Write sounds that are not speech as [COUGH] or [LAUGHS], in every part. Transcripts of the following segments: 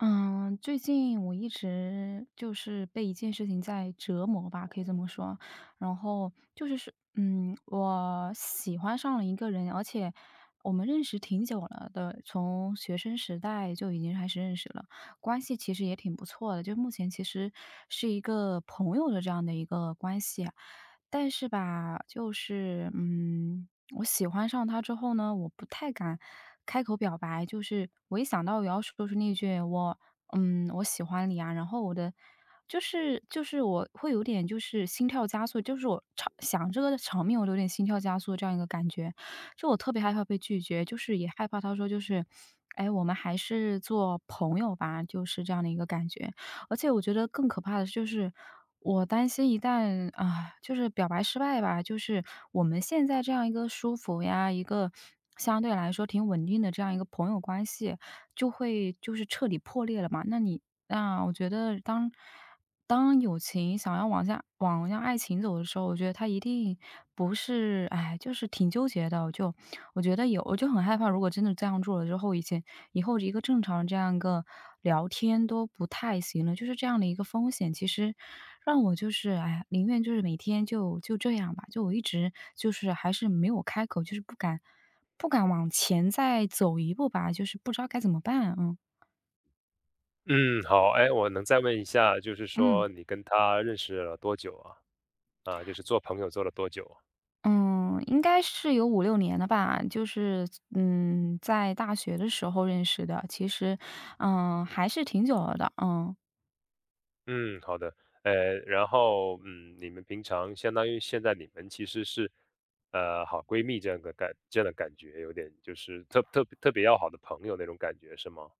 嗯，最近我一直就是被一件事情在折磨吧，可以这么说。然后就是我喜欢上了一个人，而且我们认识挺久了的，从学生时代就已经开始认识了。关系其实也挺不错的，就目前其实是一个朋友的这样的一个关系啊。但是吧，就是我喜欢上他之后呢，我不太敢开口表白。就是我一想到我要说是那句我喜欢你啊，然后我的就是我会有点就是心跳加速，就是我场想这个场面我都有点心跳加速这样一个感觉。就我特别害怕被拒绝，就是也害怕他说就是，哎，我们还是做朋友吧，就是这样的一个感觉。而且我觉得更可怕的是就是，我担心一旦啊，就是表白失败吧，就是我们现在这样一个舒服呀，一个相对来说挺稳定的这样一个朋友关系，就会就是彻底破裂了嘛。那我觉得当友情想要往下往向爱情走的时候，我觉得他一定不是哎，就是挺纠结的。我就我觉得有我就很害怕，如果真的这样做了之后，以后一个正常这样一个聊天都不太行了，就是这样的一个风险，其实让我就是哎，宁愿就是每天就这样吧，就我一直就是还是没有开口，就是不敢往前再走一步吧，就是不知道该怎么办，嗯，好，哎，我能再问一下，就是嗯。说你跟他认识了多久啊？啊，就是做朋友做了多久啊嗯，应该是有5 6年了吧，就是，在大学的时候认识的，其实，还是挺久了的，嗯。嗯，好的，然后嗯，你们平常相当于现在你们其实是好闺蜜这样的感觉，有点就是特别要好的朋友那种感觉是吗？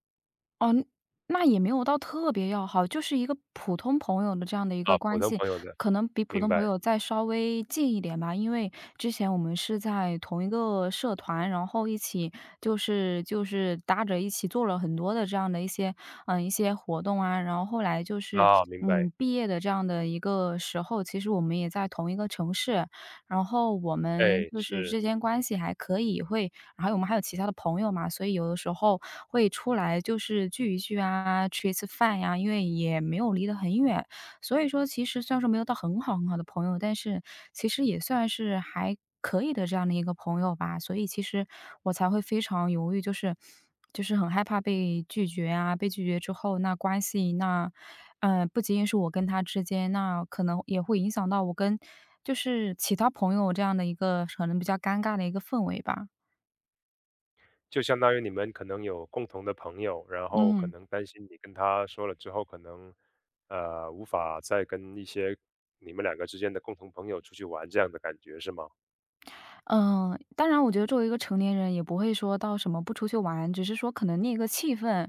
那也没有到特别要好，就是一个普通朋友的这样的一个啊，普关通系，朋友的，可能比普明通白朋友再稍微近一点吧。因为之前我们是在同一个社团，然后一起就是搭着一起做了很多的这样的一些一些活动啊，然后后来就是啊，明白，毕业的这样的一个时候，其实我们也在同一个城市，然后我们哎，就是是。之间关系还可以，然后我们还有其他的朋友嘛，所以有的时候会出来就是聚一聚啊，吃一次饭呀，因为也没有离得很远。所以说其实虽然说没有到很好很好的朋友，但是其实也算是还可以的这样的一个朋友吧，所以其实我才会非常犹豫，就是很害怕被拒绝啊。被拒绝之后那关系那不仅仅是我跟他之间，那可能也会影响到我跟就是其他朋友这样的一个可能比较尴尬的一个氛围吧。就相当于你们可能有共同的朋友，然后可嗯。能担心你跟他说了之后，可能无法再跟一些你们两个之间的共同朋友出去玩这样的感觉是吗？嗯，当然我觉得作为一个成年人，也不会说到什么不出去玩，只是说可能那个气氛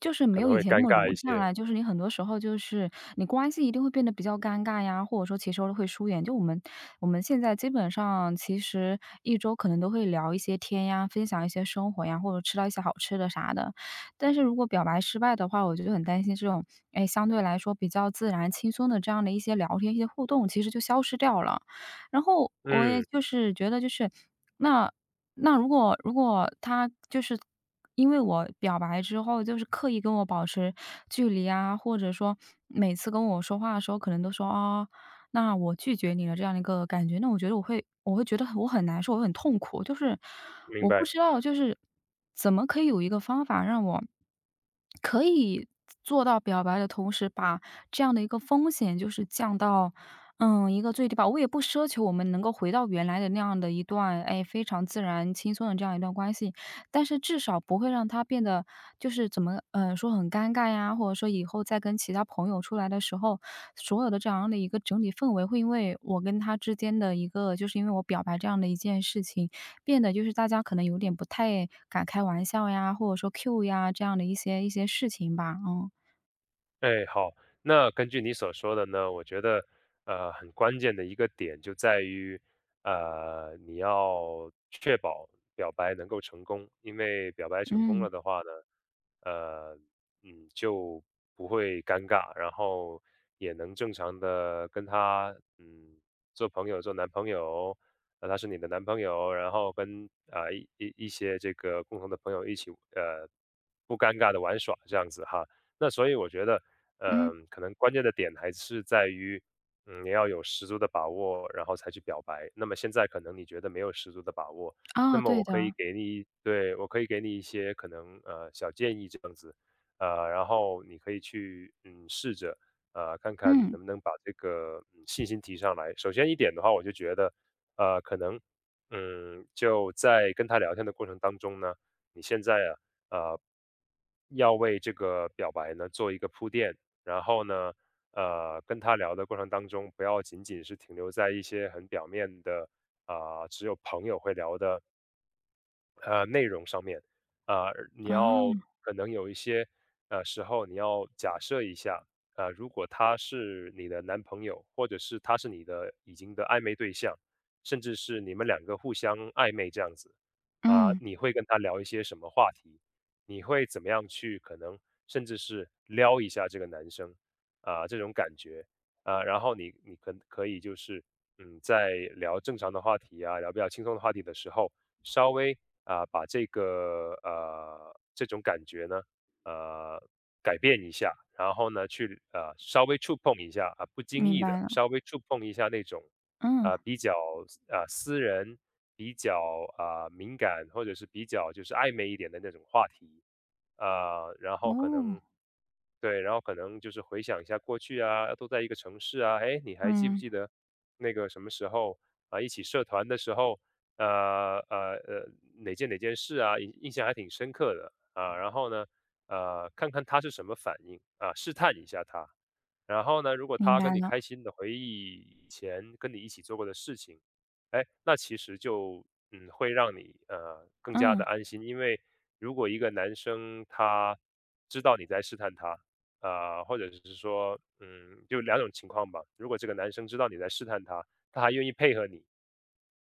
就是没可有能以会前那尴么尬融一洽些。了。就是你很多时候就是你关系一定会变得比较尴尬呀，或者说其实会疏远。就我们我们现在基本上其实一周可能都会聊一些天呀，分享一些生活呀，或者吃到一些好吃的啥的。但是如果表白失败的话，我就很担心这种，哎，相对来说比较自然轻松的这样的一些聊天、一些互动，其实就消失掉了。然后我也嗯，就是觉得就是，那那如果他就是因为我表白之后，就是刻意跟我保持距离啊，或者说每次跟我说话的时候，可能都说啊、那我拒绝你了这样的一个感觉，那我会觉得我很难受，我会很痛苦，就是明我不白。知道就是怎么可以有一个方法让我可以做到表白的同时，把这样的一个风险就是降到一个最低吧。我也不奢求我们能够回到原来的那样的一段，哎，非常自然轻松的这样一段关系，但是至少不会让他变得就是怎么，说很尴尬呀，或者说以后再跟其他朋友出来的时候，所有的这样的一个整体氛围会因为我跟他之间的一个，就是因为我表白这样的一件事情，变得就是大家可能有点不太敢开玩笑呀，或者说 Q 呀这样的一些事情吧。嗯哎，好，那根据你所说的呢，我觉得，很关键的一个点就在于，你要确保表白能够成功，因为表白成功嗯了的话呢，呃，就不会尴尬，然后也能正常的跟他，嗯，做朋友，做男朋友，他是你的男朋友，然后跟一些这个共同的朋友一起，不尴尬的玩耍这样子哈。那所以我觉得。嗯，嗯，可能关键的点还是在于，嗯，你要有十足的把握，然后才去表白。那么现在可能你觉得没有十足的把握，那啊，么对我可以的，给你，对，我可以给你一些可能小建议这样子，然后你可以去嗯试着看看嗯能不能把这个嗯信心提上来。首先一点的话，我就觉得可能嗯就在跟他聊天的过程当中呢，你现在啊呃要为这个表白呢做一个铺垫，然后呢，跟他聊的过程当中，不要仅仅是停留在一些很表面的、啊、只有朋友会聊的内容上面，啊，你要啊，可能有一些，时候你要假设一下，啊，如果他是你的男朋友，或者是他是你的已经的暧昧对象，甚至是你们两个互相暧昧这样子，啊，嗯。你会跟他聊一些什么话题？你会怎么样去可能甚至是撩一下这个男生，啊，这种感觉，啊，然后你可以就是，嗯，在聊正常的话题啊，聊比较轻松的话题的时候。稍微把这个这种感觉呢呃改变一下，然后呢去稍微触碰一下、啊、不经明意白的了，稍微触碰一下那种嗯。比较私人、比较敏感或者是比较就是暧昧一点的那种话题然后可能。哦，对，然后可能就是回想一下过去啊，都在一个城市啊，哎，你还记不嗯。记得那个什么时候啊，一起社团的时候呃呃呃哪件事啊，印象还挺深刻的啊。然后呢，看看他是什么反应啊，试探一下他。然后呢，如果明他白跟你了，开心的回忆以前跟你一起做过的事情，哎，那其实就嗯会让你更加嗯。的安心，因为如果一个男生他知道你在试探他、啊、或者是说嗯就两种情况吧，如果这个男生知道你在试探他，他还愿意配合你，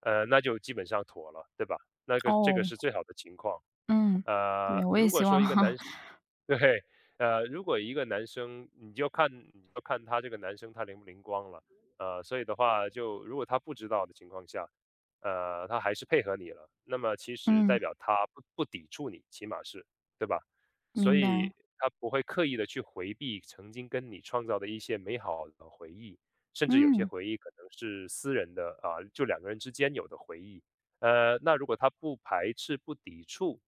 那就基本上妥了，对吧？那个这个哦，是最好的情况。嗯。对，呃，我也希望哈，[LAUGHS] 对，如果一个男生，你就看他这个男生他灵不灵光了，所以的话就如果他不知道的情况下，他还是配合你了，那么其实代嗯，表他不抵触你，起码是，对吧？所明白，以他不会刻意的去回避曾经跟你创造的一些美好的回忆，甚至有些嗯。回忆可能是私人的啊，就两个人之间有的回忆，那如果他不排斥、不抵触，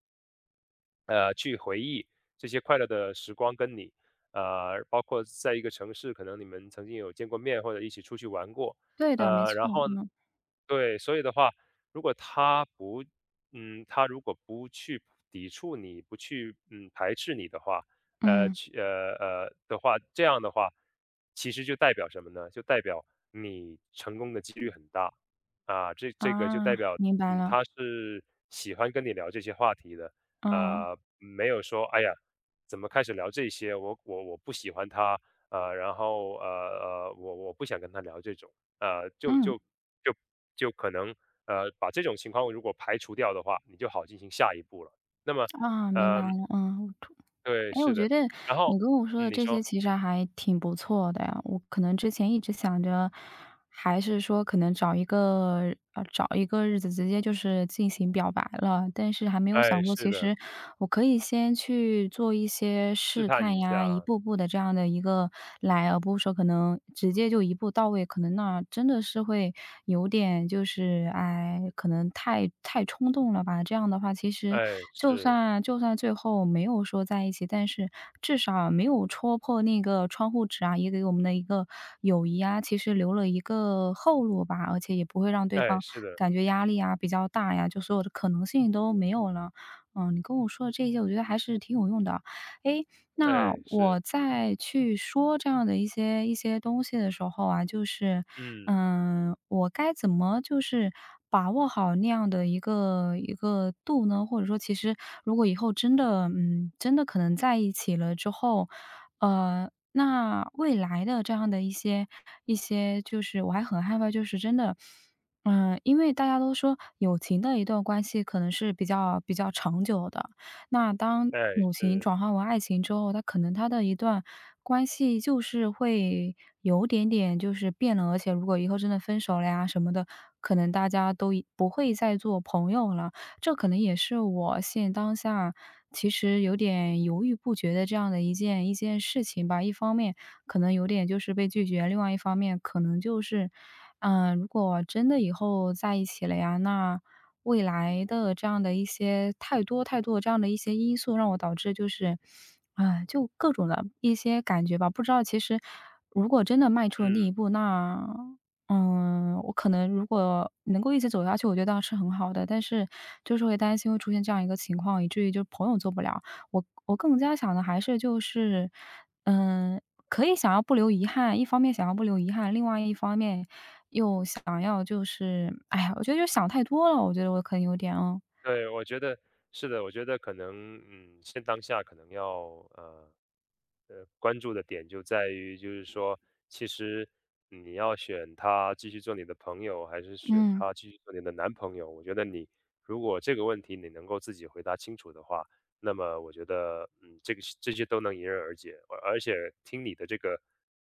去回忆这些快乐的时光，跟你，包括在一个城市，可能你们曾经有见过面，或者一起出去玩过，对的，没错，然后嗯。对，所以的话，如果他不，嗯，他如果不去抵触你，不去，嗯，排斥你的话，嗯。这样的话，其实就代表什么呢？就代表你成功的几率很大啊。这这个就代啊，表，明白嗯，了，他是喜欢跟你聊这些话题的，嗯。没有说，哎呀，怎么开始聊这些？我不喜欢他，呃，然后呃我不想跟他聊这种，呃，就嗯。就。就可能，把这种情况如果排除掉的话，你就好进行下一步了。那么，啊，明白呃，了，嗯。对，哎，我是的，觉得然后你跟我说的嗯，你这些说，其实还挺不错的呀。我可能之前一直想着，还是说可能找一个找一个日子直接就是进行表白了，但是还没有哎，想过，是其的，实我可以先去做一些试试探探一呀，一下，步步的这样的一个来，而不是说可能直接就一步到位，可能那话真的是会有点就是，哎，可能太冲动了吧。这样的话，其实哎，就是，算就算最后没有说在一起，但是至少没有戳破那个窗户纸啊，也给我们的一个友谊啊，其实留了一个后路吧。而且也不会让对哎，方是的，感觉压力啊比较大呀，就所有的可能性都没有了。嗯，你跟我说的这些，我觉得还是挺有用的啊。诶，那哎，是，我在去说这样的一些东西的时候啊，就是嗯，我该怎么就是把握好那样的一个度呢？或者说，其实如果以后真的，真的可能在一起了之后，那未来的这样的一些，就是我还很害怕，就是真的，因为大家都说友情的一段关系可能是比较长久的。那当哎，友情是，转化为爱情之后，他可能他的一段关系就是会有点点就是变了，而且如果以后真的分手了呀什么的，可能大家都已不会再做朋友了。这可能也是我现当下其实有点犹豫不决的这样的一件事情吧。一方面可能有点就是被拒绝，另外一方面可能就是，嗯、如果真的以后在一起了呀，那未来的这样的一些太多太多的这样的一些因素，让我导致就是，啊，就各种的一些感觉吧。不知道其实如果真的迈出了那嗯，一步，那，我可能如果能够一直走下去，我觉得是很好的。但是就是会担心会出现这样一个情况，以至于就朋友做不了。我更加想的还是就是，嗯，可以想要不留遗憾，一方面想要不留遗憾，另外一方面又想要就是哎呀，我觉得就想太多了，我觉得我可能有点哦。对，我觉得是的，我觉得可能，嗯，现当下可能要，呃关注的点就在于，就是说，其实你要选他继续做你的朋友，还是选嗯。他继续做你的男朋友？我觉得你如果这个问题你能够自己回答清楚的话，那么我觉得，嗯，这些都能迎刃而解。而且听你的这个，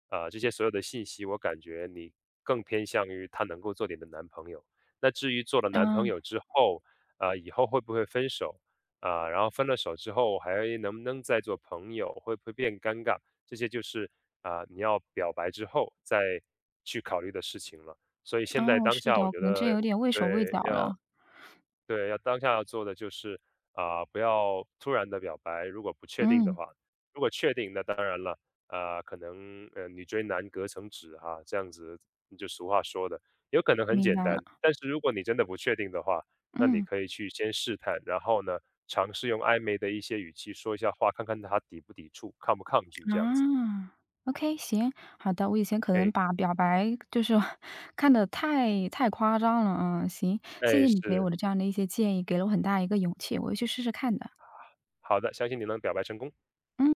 这些所有的信息，我感觉你更偏向于他能够做你的男朋友。那至于做了男朋啊。友之后，以后会不会分手？啊，然后分了手之后还能不能再做朋友，会不会变尴尬，这些就是、啊、你要表白之后再去考虑的事情了。所以现在哦，当是下，的，我我觉可能真得有点畏手畏对脚了。对，要当下要做的就是、啊、不要突然的表白，如果不确定的嗯，话，如果确定，那当然了、啊、可能女追男隔层纸哈，这样子嗯就俗话说的，有可能很明简白了。单，但是如果你真的不确定的话，那你嗯。可以去先试探，然后呢，尝试用暧昧的一些语气说一下话，看看他抵不抵触，抗不抗拒这样子。啊，OK，行，好的。我以前可能哎把表白就是 [LAUGHS] 看的太夸张了，嗯，行，谢哎，谢你给我的是这样的一些建议，给了我很大一个勇气，我会去试试看的。好的，相信你能表白成功。嗯。